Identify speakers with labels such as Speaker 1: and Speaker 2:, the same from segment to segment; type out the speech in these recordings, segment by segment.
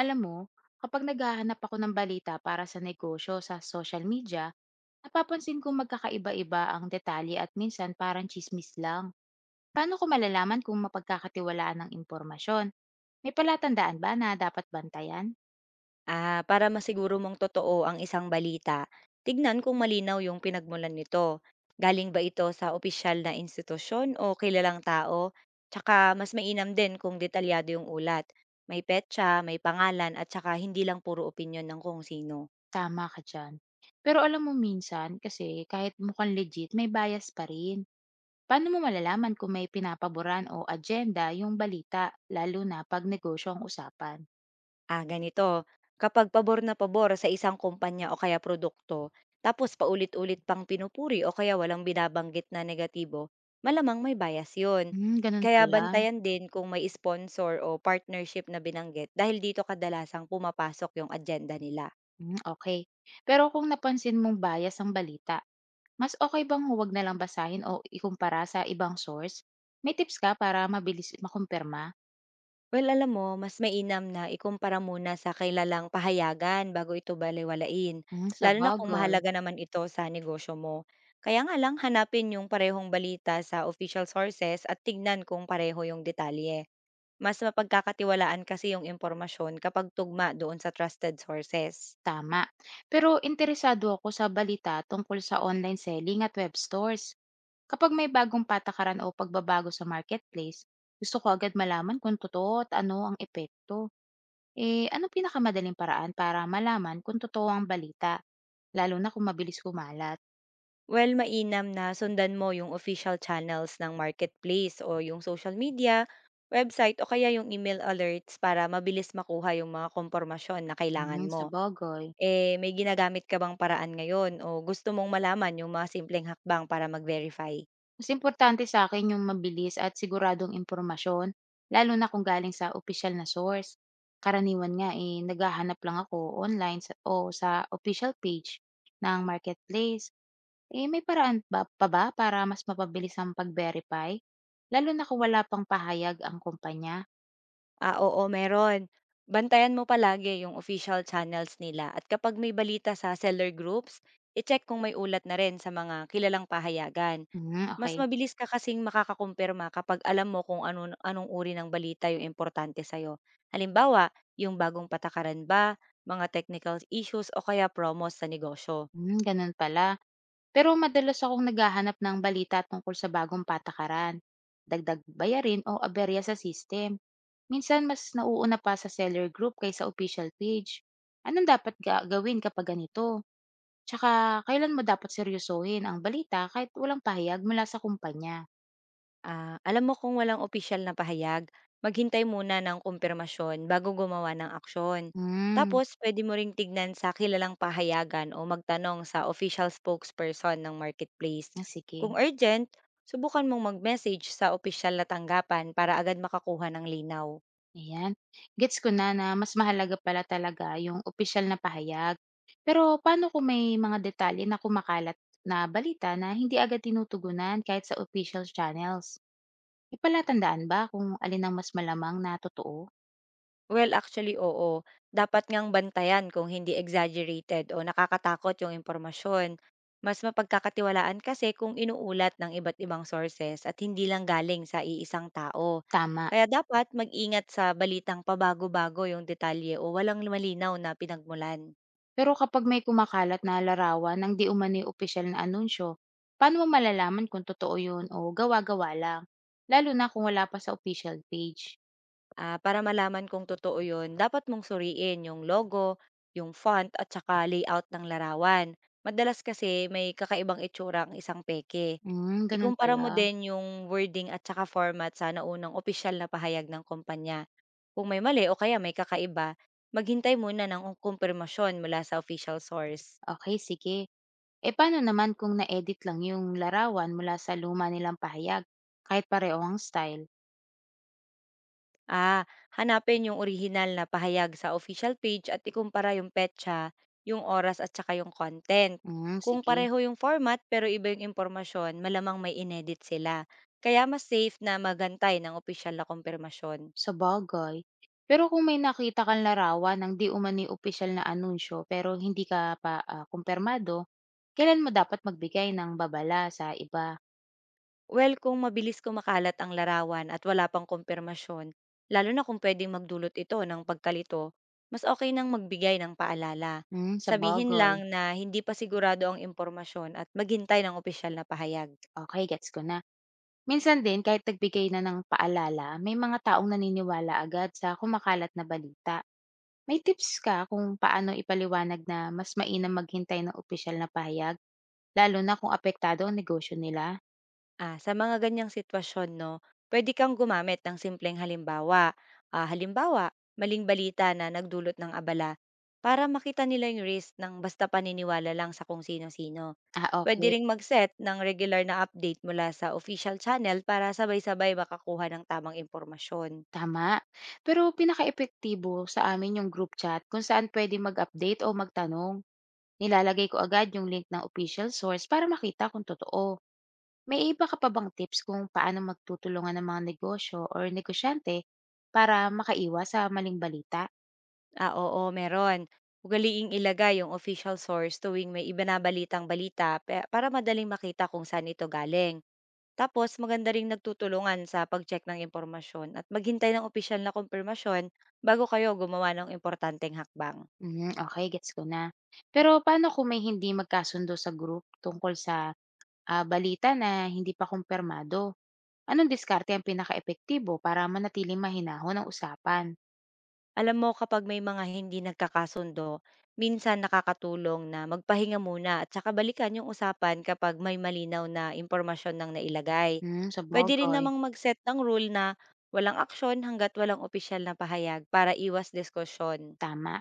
Speaker 1: Alam mo, kapag naghahanap ako ng balita para sa negosyo sa social media, napapansin kong magkakaiba-iba ang detalye at minsan parang chismis lang. Paano ko malalaman kung mapagkakatiwalaan ng impormasyon? May palatandaan ba na dapat bantayan?
Speaker 2: Para masiguro mong totoo ang isang balita, tignan kung malinaw yung pinagmulan nito. Galing ba ito sa opisyal na institusyon o kilalang tao? Tsaka mas mainam din kung detalyado yung ulat. May petsa, may pangalan at tsaka hindi lang puro opinyon ng kung sino.
Speaker 1: Tama ka dyan. Pero alam mo minsan, kasi kahit mukhang legit, may bias pa rin. Paano mo malalaman kung may pinapaboran o agenda yung balita, lalo na pag negosyo ang usapan?
Speaker 2: Ah, ganito. Kapag pabor na pabor sa isang kumpanya o kaya produkto, tapos paulit-ulit pang pinupuri o kaya walang binabanggit na negatibo, malamang may bias yun.
Speaker 1: Ganun
Speaker 2: Kaya
Speaker 1: pala.
Speaker 2: bantayan din kung may sponsor o partnership na binanggit dahil dito kadalasang pumapasok yung agenda nila.
Speaker 1: Okey. Pero kung napansin mong bias ang balita, mas okay bang huwag na lang basahin o ikumpara sa ibang source? May tips ka para mabilis makumpirma?
Speaker 2: Well, alam mo, mas mainam na ikumpara muna sa kilalang pahayagan bago ito balewalain,
Speaker 1: Sa
Speaker 2: lalo na kung
Speaker 1: bagay,
Speaker 2: mahalaga naman ito sa negosyo mo. Kaya nga lang hanapin yung parehong balita sa official sources at tignan kung pareho yung detalye. Mas mapagkakatiwalaan kasi yung impormasyon kapag tugma doon sa trusted sources.
Speaker 1: tama. Pero interesado ako sa balita tungkol sa online selling at web stores. Kapag may bagong patakaran o pagbabago sa marketplace, gusto ko agad malaman kung totoo at ano ang epekto. Eh, ano pinakamadaling paraan para malaman kung totoo ang balita, lalo na kung mabilis kumalat?
Speaker 2: Well, mainam na sundan mo yung official channels ng marketplace o yung social media, website o kaya yung email alerts para mabilis makuha yung mga kompormasyon na kailangan mo.
Speaker 1: Sabagay.
Speaker 2: Eh, may ginagamit ka bang paraan ngayon o gusto mong malaman yung mga simpleng hakbang para mag-verify?
Speaker 1: Mas importante sa akin yung mabilis at siguradong impormasyon, lalo na kung galing sa official na source. Karaniwan nga, eh, naghahanap lang ako online sa o sa official page ng marketplace. Eh, may paraan ba pa ba para mas mapabilis ang pag-verify? Lalo na kung wala pang pahayag ang kumpanya?
Speaker 2: Ah, oo meron. Bantayan mo palagi yung official channels nila at kapag may balita sa seller groups, i-check kung may ulat na rin sa mga kilalang pahayagan. Mas
Speaker 1: Okey.
Speaker 2: mabilis ka kasing makakakumpirma kapag alam mo kung anong anong uri ng balita yung importante sa'yo. Halimbawa, yung bagong patakaran ba, mga technical issues o kaya promos sa negosyo.
Speaker 1: Ganun pala. Pero madalas akong naghahanap ng balita tungkol sa bagong patakaran, dagdag bayarin o aberya sa system. Minsan mas nauuna pa sa seller group kaysa official page. Anong dapat gawin kapag ganito? Tsaka, kailan mo dapat seryosohin ang balita kahit walang pahayag mula sa kumpanya?
Speaker 2: Ah, alam mo kung walang opisyal na pahayag, maghintay muna ng kumpirmasyon bago gumawa ng aksyon.
Speaker 1: Hmm,
Speaker 2: Tapos, pwede mo ring tignan sa kilalang pahayagan o magtanong sa official spokesperson ng marketplace. Kung
Speaker 1: Sige.
Speaker 2: urgent, subukan mong mag-message sa opisyal na tanggapan para agad makakuha ng linaw.
Speaker 1: Ayan. Gets ko na na mas mahalaga pala talaga yung official na pahayag. Pero paano kung may mga detalye na kumakalat na balita na hindi agad tinutugunan kahit sa official channels? Ipalatandaan ba kung alin ang mas malamang na totoo?
Speaker 2: Well, actually, oo. Dapat ngang bantayan kung hindi exaggerated o nakakatakot yung impormasyon. Mas mapagkakatiwalaan kasi kung inuulat ng iba't ibang sources at hindi lang galing sa iisang tao.
Speaker 1: Tama.
Speaker 2: Kaya dapat mag-ingat sa balitang pabago-bago yung detalye o walang malinaw na pinagmulan.
Speaker 1: Pero kapag may kumakalat na larawan ng di umano'y opisyal na anunsyo, paano mo malalaman kung totoo yun o gawa-gawa lang? Lalo na kung wala pa sa official page.
Speaker 2: Para malaman kung totoo yun, dapat mong suriin yung logo, yung font at saka layout ng larawan. Madalas kasi may kakaibang itsura ang isang peke.
Speaker 1: Ganun
Speaker 2: Ikumpara mo
Speaker 1: pala.
Speaker 2: din yung wording at saka format sa naunang opisyal na pahayag ng kumpanya. Kung may mali o kaya may kakaiba, maghintay muna ng kumpirmasyon mula sa official source.
Speaker 1: Okay, sige. E paano naman kung na-edit lang yung larawan mula sa luma nilang pahayag, kahit pareho ang style?
Speaker 2: Ah, Hanapin yung original na pahayag sa official page at ikumpara yung petsa, yung oras at saka yung content. Kung
Speaker 1: Sige.
Speaker 2: pareho yung format pero iba yung impormasyon, malamang may inedit sila. Kaya mas safe na magantay ng opisyal na kumpirmasyon.
Speaker 1: Sa bagay. Pero kung may nakita kang larawan ng di umani opisyal na anunsyo pero hindi ka pa kumpirmado, kailan mo dapat magbigay ng babala sa iba?
Speaker 2: Well, kung mabilis kumakalat ang larawan at wala pang kumpirmasyon, lalo na kung pwedeng magdulot ito ng pagkalito, mas okay nang magbigay ng paalala. Sabihin
Speaker 1: Sabagay.
Speaker 2: lang na hindi pa sigurado ang impormasyon at maghintay ng opisyal na pahayag.
Speaker 1: Okay, gets ko na. Minsan din kahit nagbigay na ng paalala, may mga taong naniniwala agad sa kumakalat na balita. May tips ka kung paano ipaliwanag na mas mainam maghintay ng opisyal na pahayag, lalo na kung apektado ang negosyo nila?
Speaker 2: Ah, sa mga ganyang sitwasyon, no, pwede kang gumamit ng simpleng halimbawa. Ah, halimbawa, maling balita na nagdulot ng abala para makita nila yung risk ng basta paniniwala lang sa kung sino-sino.
Speaker 1: Ah,
Speaker 2: Pwede
Speaker 1: okay,
Speaker 2: ring mag-set ng regular na update mula sa official channel para sabay-sabay makakuha ng tamang impormasyon.
Speaker 1: tama. Pero pinakaepektibo sa amin yung group chat kung saan pwede mag-update o magtanong. Nilalagay ko agad yung link ng official source para makita kung totoo. May iba ka pa bang tips kung paano magtutulungan ang mga negosyo or negosyante para makaiwas sa maling balita?
Speaker 2: Ah, oo, meron. Ugaliing ilagay yung official source tuwing may ibinabalitang balita para madaling makita kung saan ito galing. Tapos maganda ring nagtutulungan sa pag-check ng impormasyon at maghintay ng opisyal na kumpirmasyon bago kayo gumawa ng importanteng hakbang.
Speaker 1: Okay, gets ko na. Pero paano kung may hindi magkasundo sa group tungkol sa, balita na hindi pa kumpirmado? Anong diskarte ang epektibo para manatiling mahinahon ang usapan?
Speaker 2: Alam mo kapag may mga hindi nagkakasundo, minsan nakakatulong na magpahinga muna at saka balikan yung usapan kapag may malinaw na impormasyon ng nailagay.
Speaker 1: Sa
Speaker 2: Pwede rin
Speaker 1: sabagay,
Speaker 2: namang mag-set ng rule na walang aksyon hanggat walang opisyal na pahayag para iwas diskusyon.
Speaker 1: tama.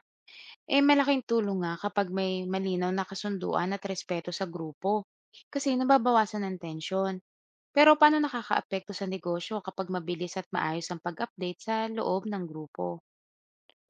Speaker 1: Eh, malaking tulong nga kapag may malinaw na kasunduan at respeto sa grupo, kasi nababawasan ang tensyon. Pero paano nakakaapekto sa negosyo kapag mabilis at maayos ang pag-update sa loob ng grupo?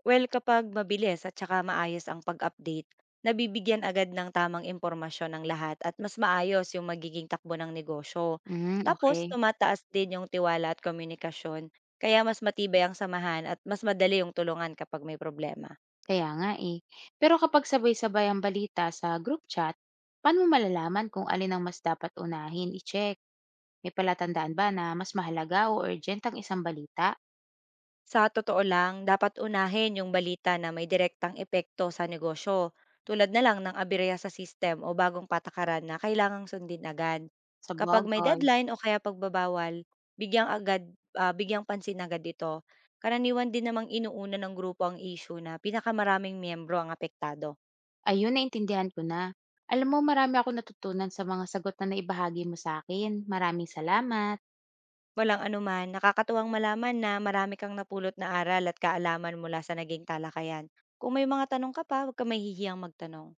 Speaker 2: Well, kapag mabilis at saka maayos ang pag-update, nabibigyan agad ng tamang impormasyon ng lahat at mas maayos yung magiging takbo ng negosyo. Tapos,
Speaker 1: Okey.
Speaker 2: tumataas din yung tiwala at komunikasyon, kaya mas matibay ang samahan at mas madali yung tulungan kapag may problema.
Speaker 1: Kaya nga, eh. Pero kapag sabay-sabay ang balita sa group chat, paano mo malalaman kung alin ang mas dapat unahin i-check? May palatandaan ba na mas mahalaga o urgent ang isang balita?
Speaker 2: Sa totoo lang, dapat unahin yung balita na may direktang epekto sa negosyo, tulad na lang ng aberya sa system o bagong patakaran na kailangang sundin agad.
Speaker 1: Sa
Speaker 2: Kapag may
Speaker 1: sabagay.
Speaker 2: deadline o kaya pagbabawal, bigyang pansin agad ito. Karaniwan din namang inuuna ng grupo ang issue na pinakamaraming miyembro ang apektado.
Speaker 1: Ayun, naintindihan ko na. Alam mo marami akong natutunan sa mga sagot na naibahagi mo sa akin. Maraming salamat.
Speaker 2: Walang anuman, nakakatuwang malaman na marami kang napulot na aral at kaalaman mula sa naging talakayan. Kung may mga tanong ka pa, huwag ka mahihiyang magtanong.